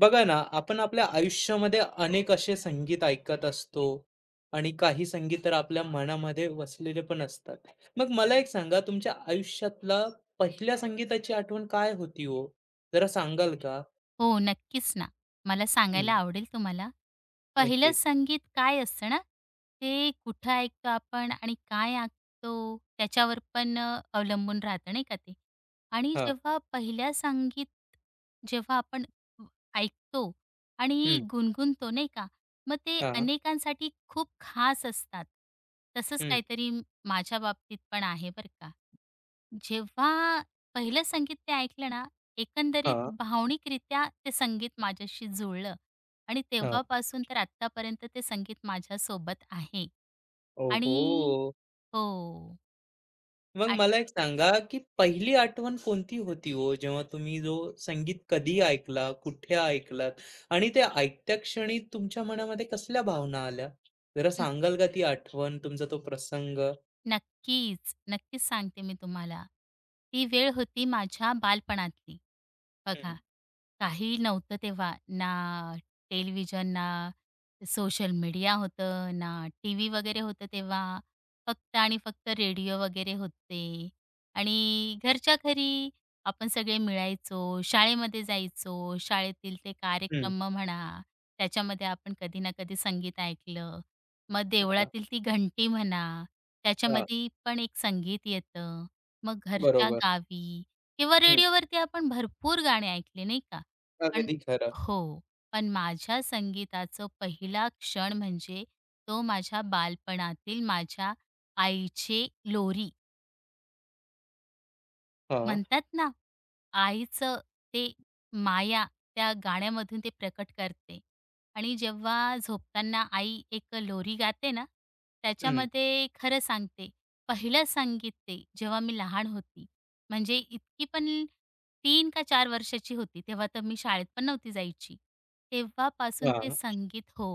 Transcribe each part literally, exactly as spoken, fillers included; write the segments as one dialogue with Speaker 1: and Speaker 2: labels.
Speaker 1: बघा ना, आपण आपल्या आयुष्यामध्ये अनेक असे संगीत ऐकत असतो आणि काही संगीत तर आपल्या मनामध्ये वसलेले पण असतात. मग मला एक सांगा, तुमच्या आयुष्यातला पहिल्या संगीताची आठवण काय होती हो? जरा सांगाल का?
Speaker 2: हो, नक्कीच ना. मला
Speaker 1: हं,
Speaker 2: सांगायला आवडेल तुम्हाला. पहिलं
Speaker 1: नक्कीच.
Speaker 2: संगीत काय असतं ना, ते कुठं ऐकतो आपण आणि काय ऐकतो त्याच्यावर पण अ, अवलंबून राहतं नाही का ते. आणि
Speaker 1: हां,
Speaker 2: जेव्हा पहिल्या संगीत जेव्हा आपण व- ऐकतो आणि
Speaker 1: हं,
Speaker 2: गुणगुणतो नाही का, मग ते
Speaker 1: हां,
Speaker 2: अनेकांसाठी खूप खास असतात. तसंच
Speaker 1: हं,
Speaker 2: काहीतरी म- माझ्या बाबतीत पण आहे बरं का. जेव्हा पहिलं संगीत ते ऐकलं ना, एकंदरीत
Speaker 1: हां,
Speaker 2: भावनिकरित्या ते संगीत माझ्याशी जुळलं आणि
Speaker 1: हां.
Speaker 2: तेव्हापासून तर आत्तापर्यंत ते संगीत माझ्यासोबत आहे.
Speaker 1: ओहो!
Speaker 2: आणि हो.
Speaker 1: मग
Speaker 2: आ
Speaker 1: मला एक सांगा, की पहिली आठवण कोणती होती हो, जेव्हा तुम्ही जो संगीत कधी ऐकला, कुठे ऐकलात आणि ते ऐकत्या क्षणी तुमच्या मनामध्ये कसल्या भावना आल्या? जरा सांगाल का ती आठवण, तुमचा तो प्रसंग?
Speaker 2: नक्कीच, नक्कीच सांगते मी तुम्हाला. ती वेळ होती माझ्या बालपणातली.
Speaker 1: हं,
Speaker 2: बघा, काहीही नव्हतं तेव्हा. ना टेलिव्हिजन, ना सोशल मीडिया होतं, ना टीव्ही वगैरे होतं तेव्हा. फक्त आणि फक्त रेडिओ वगैरे होते आणि घरच्या घरी आपण सगळे मिळायचो. शाळेमध्ये जायचो. शाळेतील ते
Speaker 1: हं.
Speaker 2: कार्यक्रम म्हणा, त्याच्यामध्ये आपण कधी ना कधी संगीत ऐकलं. मग
Speaker 1: हां,
Speaker 2: देवळातील ती घंटी म्हणा,
Speaker 1: हां.
Speaker 2: त्याच्यामध्ये पण एक संगीत येतं. मग घरच्या
Speaker 1: बरोबर.
Speaker 2: गावी किंवा
Speaker 1: हं.
Speaker 2: रेडिओवरती आपण भरपूर गाणे ऐकले, नाही का? पण
Speaker 1: अगदी खरं.
Speaker 2: हो. पण माझ्या संगीताचं पहिला क्षण म्हणजे तो माझ्या बालपणातील माझ्या आईचे लोरी.
Speaker 1: हां.
Speaker 2: म्हणतात ना, आईचं ते माया त्या गाण्यामधून ते प्रकट करते आणि जेव्हा झोपताना आई एक लोरी गाते ना,
Speaker 1: हं.
Speaker 2: त्याच्यामध्ये खरं सांगते, पहिलं संगीत ते जेव्हा मी लहान होती. म्हणजे इतकी पण तीन का चार वर्षाची होती, तेव्हा तर मी शाळेत पण नव्हती जायची. तेव्हापासून ते
Speaker 1: हां,
Speaker 2: संगीत हो,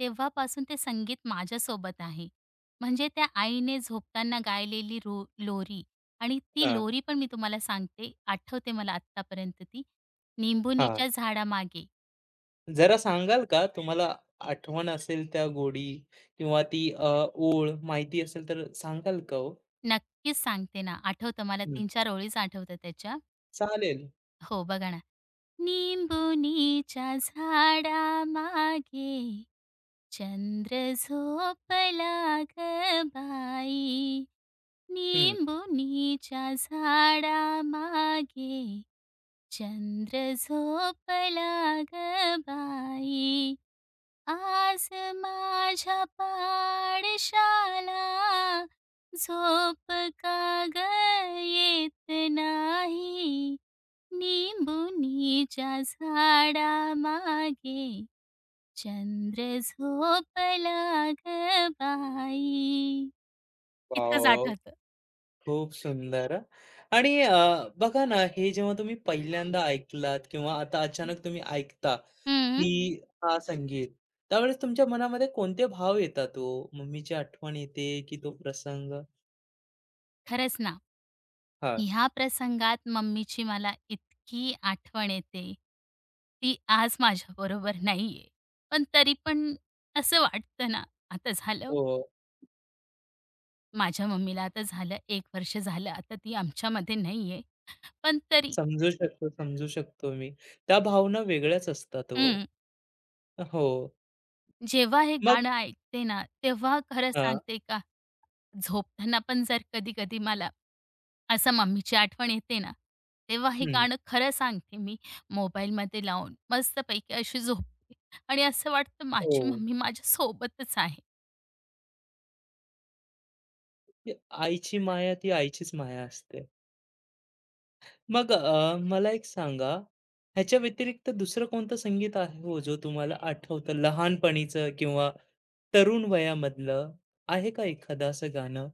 Speaker 2: तेव्हापासून ते संगीत माझ्यासोबत आहे. म्हणजे त्या आईने झोपताना गायलेली रो लोरी आणि ती
Speaker 1: हां,
Speaker 2: लोरी पण मी तुम्हाला सांगते, आठवते मला आत्तापर्यंत ती.
Speaker 1: हां.
Speaker 2: "निंबुनीच्या झाडामागे"
Speaker 1: जरा सांगाल का तुम्हाला आठवण असेल त्या गोडी किंवा ती अ, ओळ माहिती असेल तर सांगाल का हो?
Speaker 2: नक्कीच सांगते ना, आठवतं मला
Speaker 1: हं.
Speaker 2: तीन-चार ओळीच आठवतात त्याच्या.
Speaker 1: चालेल.
Speaker 2: हो, बघा ना. "निंबुनीच्या झाडामागे चंद्र झोपला गं बाई,
Speaker 1: हं.
Speaker 2: निंबुनीच्या झाडामागे चंद्र झोपला गं बाई." आज माझ्या पाडशाला झोप का ग येत नाही निंबुनीच्या झाडा मागे चंद्र झोपला ग बाई. इतकंच
Speaker 1: वॉव!
Speaker 2: आठवतं.
Speaker 1: खूप सुंदर. आणि अ, बघा ना, हे जेव्हा तुम्ही पहिल्यांदा ऐकलात किंवा आता अचानक तुम्ही ऐकता,
Speaker 2: हं,
Speaker 1: की हा संगीत, त्यावेळेस तुमच्या मनामध्ये कोणते भाव येतात ओ? मम्मीची आठवण येते की तो प्रसंग?
Speaker 2: खरंच ना.
Speaker 1: हां.
Speaker 2: ह्या प्रसंगात मम्मीची मला इतकी आठवण येते. ती आज माझ्याबरोबर नाहीये. पण तरी पण असं वाटतं ना, आता झालं,
Speaker 1: हो.
Speaker 2: माझ्या मम्मीला आता झालं एक वर्ष झालं, आता ती आमच्यामध्ये नाहीये. पण तरी
Speaker 1: समजू शकतो, समजू शकतो मी. त्या भावना वेगळ्याच असतात ओ.
Speaker 2: हं,
Speaker 1: हो.
Speaker 2: जेव्हा हे
Speaker 1: मग
Speaker 2: गाणं ऐकते ना, तेव्हा खरं
Speaker 1: अ,
Speaker 2: सांगते का झोपताना पण जर कधी-कधी मला असं मम्मीची आठवण येते ना, तेव्हा हे
Speaker 1: हं.
Speaker 2: गाणं खरं सांगते मी मोबाईलमध्ये लावून मस्तपैकी अशी झोपते आणि असं वाटतं
Speaker 1: हो.
Speaker 2: माझी मम्मी माझ्यासोबतच आहे.
Speaker 1: ती आईची माया, ती आईचीच माया असते. मग अ, मला एक सांगा, ह्याच्या व्यतिरिक्त दुसरं कोणतं संगीत आहे हो, जो तुम्हाला आठवतं लहानपणीचं किंवा तरुण वयामधलं? आहे का एखादं असं गाणं?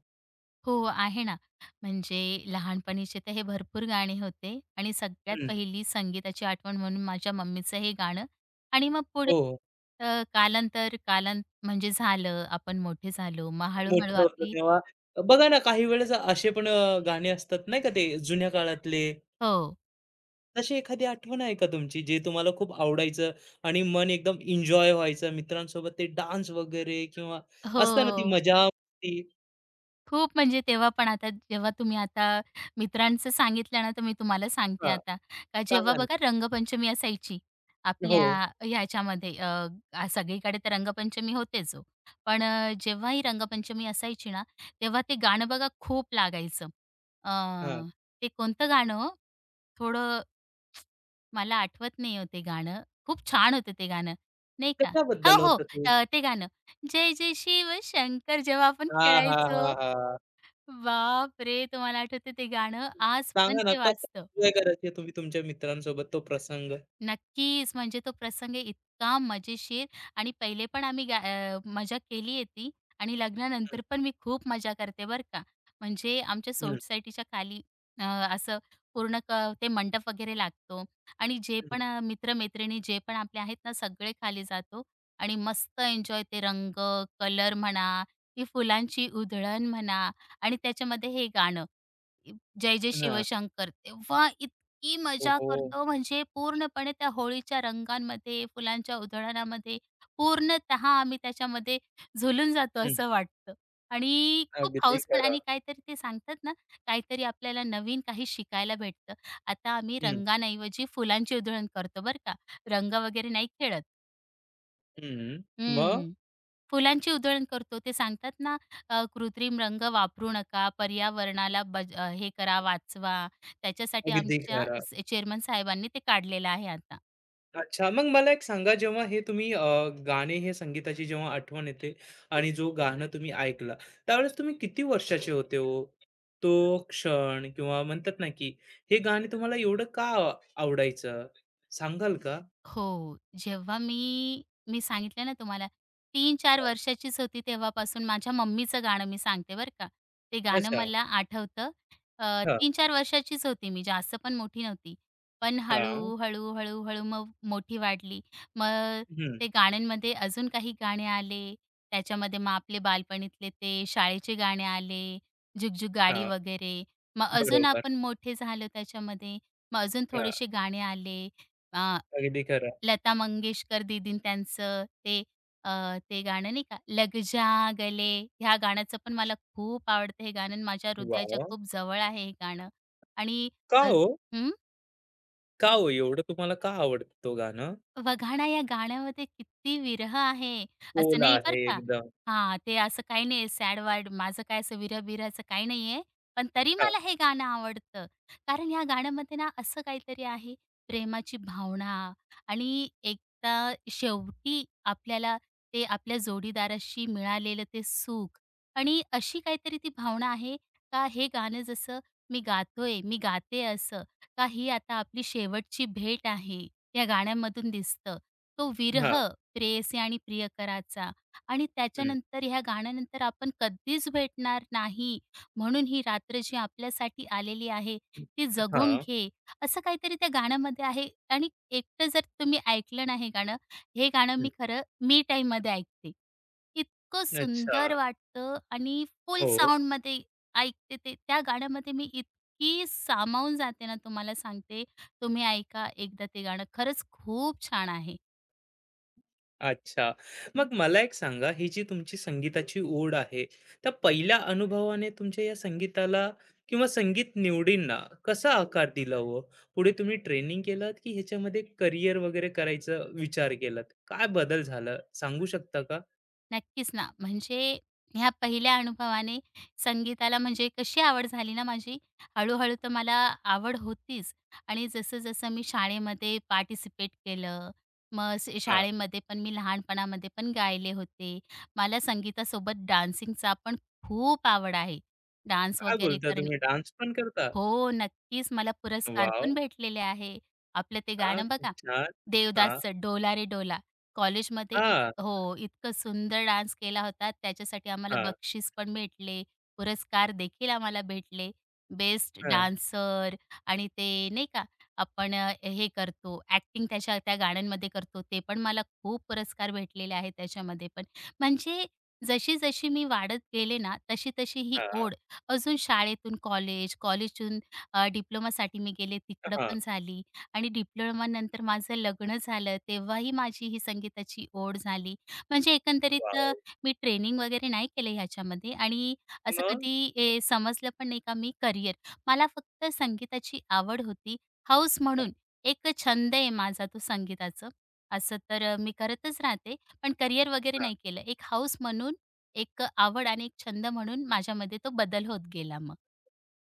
Speaker 2: हो, आहे ना. म्हणजे लहानपणीचे तर हे भरपूर गाणे होते आणि सगळ्यात
Speaker 1: हं.
Speaker 2: पहिली संगीताची आठवण म्हणून माझ्या मम्मीचं हे गाणं आणि मग पुढे
Speaker 1: हो,
Speaker 2: अ, कालांतर कालांत म्हणजे झालं, आपण मोठे झालो, मग हळू
Speaker 1: मोठं होतं
Speaker 2: आपली
Speaker 1: तेव्हा बघा ना, काही वेळेस असे पण अ, गाणे असतात नाही का, ते जुन्या काळातले.
Speaker 2: हो,
Speaker 1: तशी एखादी आठवण आहे का तुमची, जे तुम्हाला खूप आवडायचं आणि मन एकदम एन्जॉय व्हायचं मित्रांसोबत ते डान्स वगैरे किंवा असतं ती
Speaker 2: हो.
Speaker 1: मजा, ती
Speaker 2: खूप म्हणजे तेव्हा पण आता जेव्हा तुम्ही आता मित्रांचं सांगितलं ना, तर मी तुम्हाला सांगते
Speaker 1: हां,
Speaker 2: आता. का जेव्हा
Speaker 1: सांगा ना?
Speaker 2: बघा रंगपंचमी असायची आपल्या
Speaker 1: हो,
Speaker 2: ह्याच्यामध्ये अ, आ, सगळीकडे तर रंगपंचमी होतेच हो. पण अ, जेव्हा ही रंगपंचमी असायची ना, तेव्हा ते गाणं बघा खूप लागायचं. अ,
Speaker 1: हां.
Speaker 2: ते कोणतं गाणं हो? थोडं मला आठवत नाही हो गाणं. खूप छान होतं ते गाणं, नाही का?
Speaker 1: कशाबद्दल
Speaker 2: हो, हो.
Speaker 1: होतं ते?
Speaker 2: अ, ते गाणं जय जय शिव शंकर जेव्हा आपण
Speaker 1: हां, हां, हां,
Speaker 2: खेळायचो.
Speaker 1: हां.
Speaker 2: बापरे! तुम्हाला आठवतं ते गाणं आज पण
Speaker 1: सांगा ना
Speaker 2: ते
Speaker 1: कसा
Speaker 2: वाजतं.
Speaker 1: एन्जॉय करायचे तुम्ही तुमच्या मित्रांसोबत तो प्रसंग?
Speaker 2: नक्कीच. म्हणजे तो प्रसंग इतका मजेशीर आणि पहिले पण आम्ही गा अ, मजा केली आहे ती आणि
Speaker 1: हं,
Speaker 2: लग्नानंतर पण मी खूप मजा करते बरं का. म्हणजे आमच्या
Speaker 1: हं,
Speaker 2: सोसायटीच्या खाली अ, असं पूर्ण क ते मंडप वगैरे लागतो आणि जे
Speaker 1: हं.
Speaker 2: पण अ, मित्र-मैत्रिणी जे पण आपले आहेत ना, सगळे खाली जातो आणि मस्त एन्जॉय ते रंग, कलर म्हणा, ती फुलांची उधळण म्हणा आणि त्याच्यामध्ये हे गाणं, इ- जय जय
Speaker 1: हां.
Speaker 2: शिवशंकर. तेव्हा इतकी
Speaker 1: हो,
Speaker 2: मजा
Speaker 1: हो.
Speaker 2: करतो म्हणजे पूर्णपणे त्या होळीच्या रंगांमध्ये, फुलांच्या उधळणामध्ये पूर्णतः आम्ही त्याच्यामध्ये झुलून जातो
Speaker 1: हं.
Speaker 2: असं वाटतं. आणि खूप
Speaker 1: अगदी
Speaker 2: हौस पण
Speaker 1: खरं.
Speaker 2: आणि काहीतरी ते सांगतात ना, काहीतरी आपल्याला नवीन काही शिकायला भेटतं. आता आम्ही
Speaker 1: हं,
Speaker 2: रंगांऐवजी फुलांची उधळण करतो बरं का. रंग वगैरे नाही खेळत.
Speaker 1: हं. मग?
Speaker 2: हं. फुलांची उधळण करतो. ते सांगतात ना, अ, कृत्रिम रंग वापरू नका, पर्यावरणाला बज अ, हे करा, वाचवा. त्याच्यासाठी
Speaker 1: अगदी
Speaker 2: आमच्या
Speaker 1: खरं.
Speaker 2: स चेअरमन साहेबांनी ते काढलेलं आहे आता.
Speaker 1: अच्छा, मग मला एक सांगा जेव्हा हे तुम्ही अ, गाणे हे संगीताची जेव्हा आठवण येते आणि जो गाणं तुम्ही ऐकलं, त्यावेळेस तुम्ही किती वर्षाचे होते हो? तो क्षण किंवा म्हणतात ना, की हे गाणे तुम्हाला एवढं का आवडायचं? सांगाल का?
Speaker 2: हो. जेव्हा मी मी सांगितलं ना तुम्हाला तीन-चार वर्षाचीच होती तेव्हापासून माझ्या मम्मीचं गाणं मी सांगते बरं का. ते गाणं
Speaker 1: अच्छा.
Speaker 2: मला आठवतं. अ,
Speaker 1: हां,
Speaker 2: तीन-चार वर्षाचीच होती मी, जास्त पण मोठी नव्हती. पण
Speaker 1: हां.
Speaker 2: हळू, हळू, हळू, हळू मग मोठी वाढली. मग
Speaker 1: हं.
Speaker 2: ते गाण्यांमध्ये अजून काही गाणे आले. त्याच्यामध्ये मग आपले बालपणीतले ते शाळेचे गाणे आले, जुगजुग गाडी
Speaker 1: हां.
Speaker 2: वगैरे. मग अजून
Speaker 1: बरोबर.
Speaker 2: आपण मोठे झालो त्याच्यामध्ये. मग अजून
Speaker 1: हां.
Speaker 2: थोडेसे गाणे आले.
Speaker 1: अगदी खरं.
Speaker 2: लता मंगेशकर दीदीनं त्यांचं ते अ, ते गाणं नाही का, लग जा गले, ह्या गाण्याचं पण मला खूप आवडतं हे गाणं आणि माझ्या हृदयाच्या
Speaker 1: वॉव!
Speaker 2: खूप जवळ आहे हे गाणं आणि
Speaker 1: का
Speaker 2: अज
Speaker 1: हो?
Speaker 2: हं.
Speaker 1: का हो एवढं तुम्हाला का आवडतं तो गाणं?
Speaker 2: वघाणा या गाण्यामध्ये किती विरह आहे, असं
Speaker 1: बोल
Speaker 2: नाही बरं
Speaker 1: आहे
Speaker 2: का.
Speaker 1: एकदम.
Speaker 2: हां, ते असं काही नाही आहे सॅड वर्ड माझं काय असं विरह-बिरहचं काही नाहीये. पण तरी
Speaker 1: हां,
Speaker 2: मला हे गाणं आवडतं. कारण या गाण्यामध्ये ना असं काहीतरी आहे प्रेमाची भावना आणि एकदा शेवटी आपल्याला ते आपल्या जोडीदाराशी मिळालेलं ते सुख आणि अशी काहीतरी ती भावना आहे का हे गाणं जसं मी गातोय, मी गाते असं, का ही आता आपली शेवटची भेट आहे. या गाण्यांमधून दिसतं. तो विरह
Speaker 1: हां.
Speaker 2: प्रेयसी आणि प्रियकराचा आणि
Speaker 1: हं.
Speaker 2: त्याच्यानंतर ह्या गाण्यानंतर आपण कधीच भेटणार नाही, म्हणून ही रात्र जी आपल्यासाठी आलेली आहे, ती जगून
Speaker 1: हां.
Speaker 2: घे. असं काहीतरी त्या गाण्यामध्ये आहे आणि एकटं जर तुम्ही ऐकलं ना गाणं, हे गाणं
Speaker 1: हं.
Speaker 2: मी खरं मी टाईममध्ये ऐकते. इतकं
Speaker 1: अच्छा.
Speaker 2: सुंदर वाटतं आणि फुल
Speaker 1: हो.
Speaker 2: साउंडमध्ये ऐकते ते. त्या गाण्यामध्ये मी इतकी सामावून जाते ना तुम्हाला सांगते. तुम्ही ऐका एकदा ते गाणं. खरंच खूप छान आहे.
Speaker 1: अच्छा. मग मला एक सांगा, ही जी तुमची संगीताची ओढ आहे, त्या पहिल्या अनुभवाने तुमच्या या संगीताला किंवा संगीत निवडींना कसा आकार दिला हो? पुढे तुम्ही ट्रेनिंग केलात की ह्याच्यामध्ये करियर वगैरे करायचा विचार केलात? काय बदल झाला सांगू शकता का?
Speaker 2: नक्कीच ना, म्हणजे ह्या पहिल्या अनुभवाने संगीताला म्हणजे कशी आवड झाली ना माझी, हळू-हळू तर मला आवड होतीच आणि जसं-जसं मी शाळेमध्ये पार्टिसिपेट केलं, मग स
Speaker 1: हां.
Speaker 2: शाळेमध्ये पण मी लहानपणामध्ये पण गायले होते. मला संगीतासोबत डान्सिंगचा पण खूप आवड आहे. डान्स
Speaker 1: काय
Speaker 2: वगैरे
Speaker 1: बोलता
Speaker 2: करणे
Speaker 1: तुम्ही डान्स पण करता?
Speaker 2: हो, नक्कीच. मला पुरस्कार
Speaker 1: वॉव!
Speaker 2: पण भेटलेले आहे. आपलं ते
Speaker 1: हां,
Speaker 2: गाणं
Speaker 1: खूप
Speaker 2: बघा,
Speaker 1: छान. हां,
Speaker 2: देवदासचं डोला रे डोला. कॉलेजमध्ये इत
Speaker 1: हां,
Speaker 2: हो, इतकं सुंदर डान्स केला होता. त्याच्यासाठी आम्हाला
Speaker 1: हां,
Speaker 2: बक्षीस पण भेटले, पुरस्कार देखील आम्हाला भेटले. बेस्ट
Speaker 1: हां,
Speaker 2: डान्सर आणि ते नाही का आपण अ, हे करतो, ॲक्टिंग त्याच्या त्या गाण्यांमध्ये करतो, ते पण मला खूप पुरस्कार भेटलेले आहेत त्याच्यामध्ये पण. म्हणजे जशी-जशी मी वाढत गेले ना, तशी-तशी ही
Speaker 1: हां,
Speaker 2: ओढ अजून शाळेतून कॉलेज, कॉलेजहून अ, डिप्लोमासाठी मी गेले तिकडं
Speaker 1: हां.
Speaker 2: पण झाली आणि डिप्लोमानंतर माझं लग्न झालं तेव्हाही माझी ही संगीताची ओढ झाली. म्हणजे एकंदरीत अ,
Speaker 1: वॉव!
Speaker 2: मी ट्रेनिंग वगैरे नाही केलं ह्याच्यामध्ये आणि असं
Speaker 1: मग?
Speaker 2: कधी ए, समजलं पण नाही का मी करियर. मला फक्त संगीताची आवड होती हौस म्हणून. एक छंद आहे माझा तो संगीताचं. असं तर अ, मी करतच राहते, पण करियर वगैरे
Speaker 1: हां.
Speaker 2: नाही केलं. एक हौस म्हणून एक आवड आणि एक छंद म्हणून माझ्यामध्ये तो बदल होत गेला मग.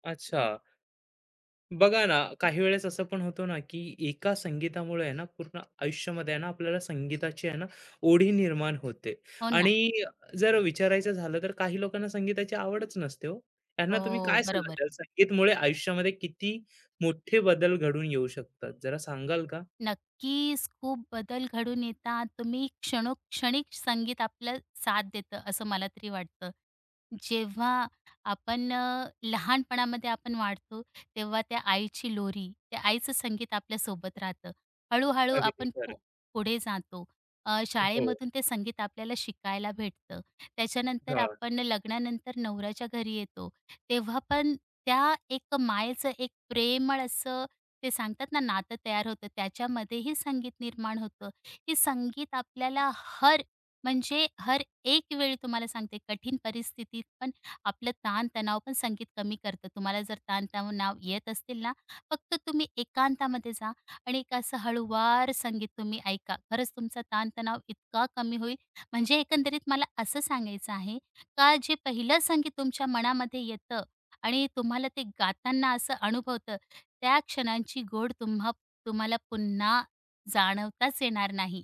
Speaker 1: अच्छा. बघा ना, काही वेळेस असं पण होतं ना, की एका संगीतामुळे आहे ना, पूर्ण आयुष्यामध्ये आहे ना, आपल्याला संगीताची आहे ना, ओढी निर्माण होते.
Speaker 2: हो ना.
Speaker 1: आणि जर विचारायचं झालं तर काही लोकांना संगीताची आवडच नसते हो. त्यांना तुम्ही
Speaker 2: हो,
Speaker 1: काय सल्ला
Speaker 2: बरोबर.
Speaker 1: द्याल? संगीतमुळे आयुष्यामध्ये किती मोठे बदल घडून येऊ शकतात? जरा सांगाल का?
Speaker 2: नक्कीच खूप बदल घडून येतात. तुम्ही क्षणोक्षणी संगीत आपलं साथ देतं असं मला तरी वाटतं. जेव्हा आपण अ, लहानपणामध्ये आपण वाढतो, तेव्हा त्या आईची लोरी, त्या आईचं संगीत आपल्यासोबत राहतं. हळू
Speaker 1: अगदी
Speaker 2: आपण पु
Speaker 1: खरं.
Speaker 2: पुढे जातो. अ,
Speaker 1: हो.
Speaker 2: शाळेमधून ते संगीत आपल्याला शिकायला भेटतं. त्याच्यानंतर
Speaker 1: हां.
Speaker 2: आपण लग्नानंतर नवऱ्याच्या घरी येतो. तेव्हा पण त्या एक मायेचं एक प्रेमळ असं ते सांगतात ना, नातं तयार होतं. त्याच्यामध्येही संगीत निर्माण होतं. हे संगीत आपल्याला हर म्हणजे हर एक वेळ तुम्हाला सांगते कठीण परिस्थितीत पण आपलं ताण पण संगीत कमी करतं. तुम्हाला जर ताण येत असतील ना, फक्त तुम्ही एकांतामध्ये जा आणि एक असं हळूवार संगीत तुम्ही ऐका. खरंच तुमचा ताण इतका कमी होईल. म्हणजे एकंदरीत मला असं सांगायचं आहे का जे पहिलं संगीत तुमच्या मनामध्ये येतं आणि तुम्हाला ते गाताना असं अनुभवतं, त्या क्षणांची गोड तुम्हा तुम्हाला पुन्हा जाणवताच येणार नाही.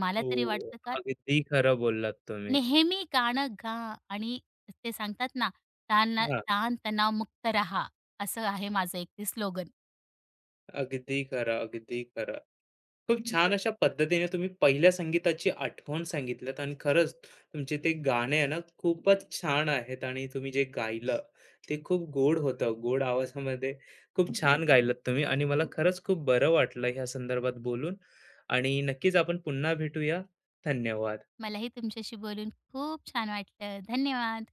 Speaker 2: मला
Speaker 1: हो.
Speaker 2: तरी वाटतं का
Speaker 1: अगदी खरं बोललात तुम्ही.
Speaker 2: नेहमी गाणं गा आणि ते सांगतात ना, ताण ताण तणाव मुक्त राहा. असं आहे माझं एक ते स्लोगन.
Speaker 1: अगदी खरं, अगदी खरं. खूप छान अशा पद्धतीने तुम्ही पहिल्या संगीताची आठवण सांगितल्यात आणि खरंच तुमचे ते गाणे आहे ना खूपच छान आहेत आणि तुम्ही जे गायलं ते खूप गोड होतं. गोड आवाजामध्ये खूप छान गायलात तुम्ही आणि मला खरंच खूप बरं वाटलं ह्या संदर्भात बोलून आणि नक्कीच आपण पुन्हा भेटूया. धन्यवाद.
Speaker 2: मलाही तुमच्याशी बोलून खूप छान वाटलं. धन्यवाद.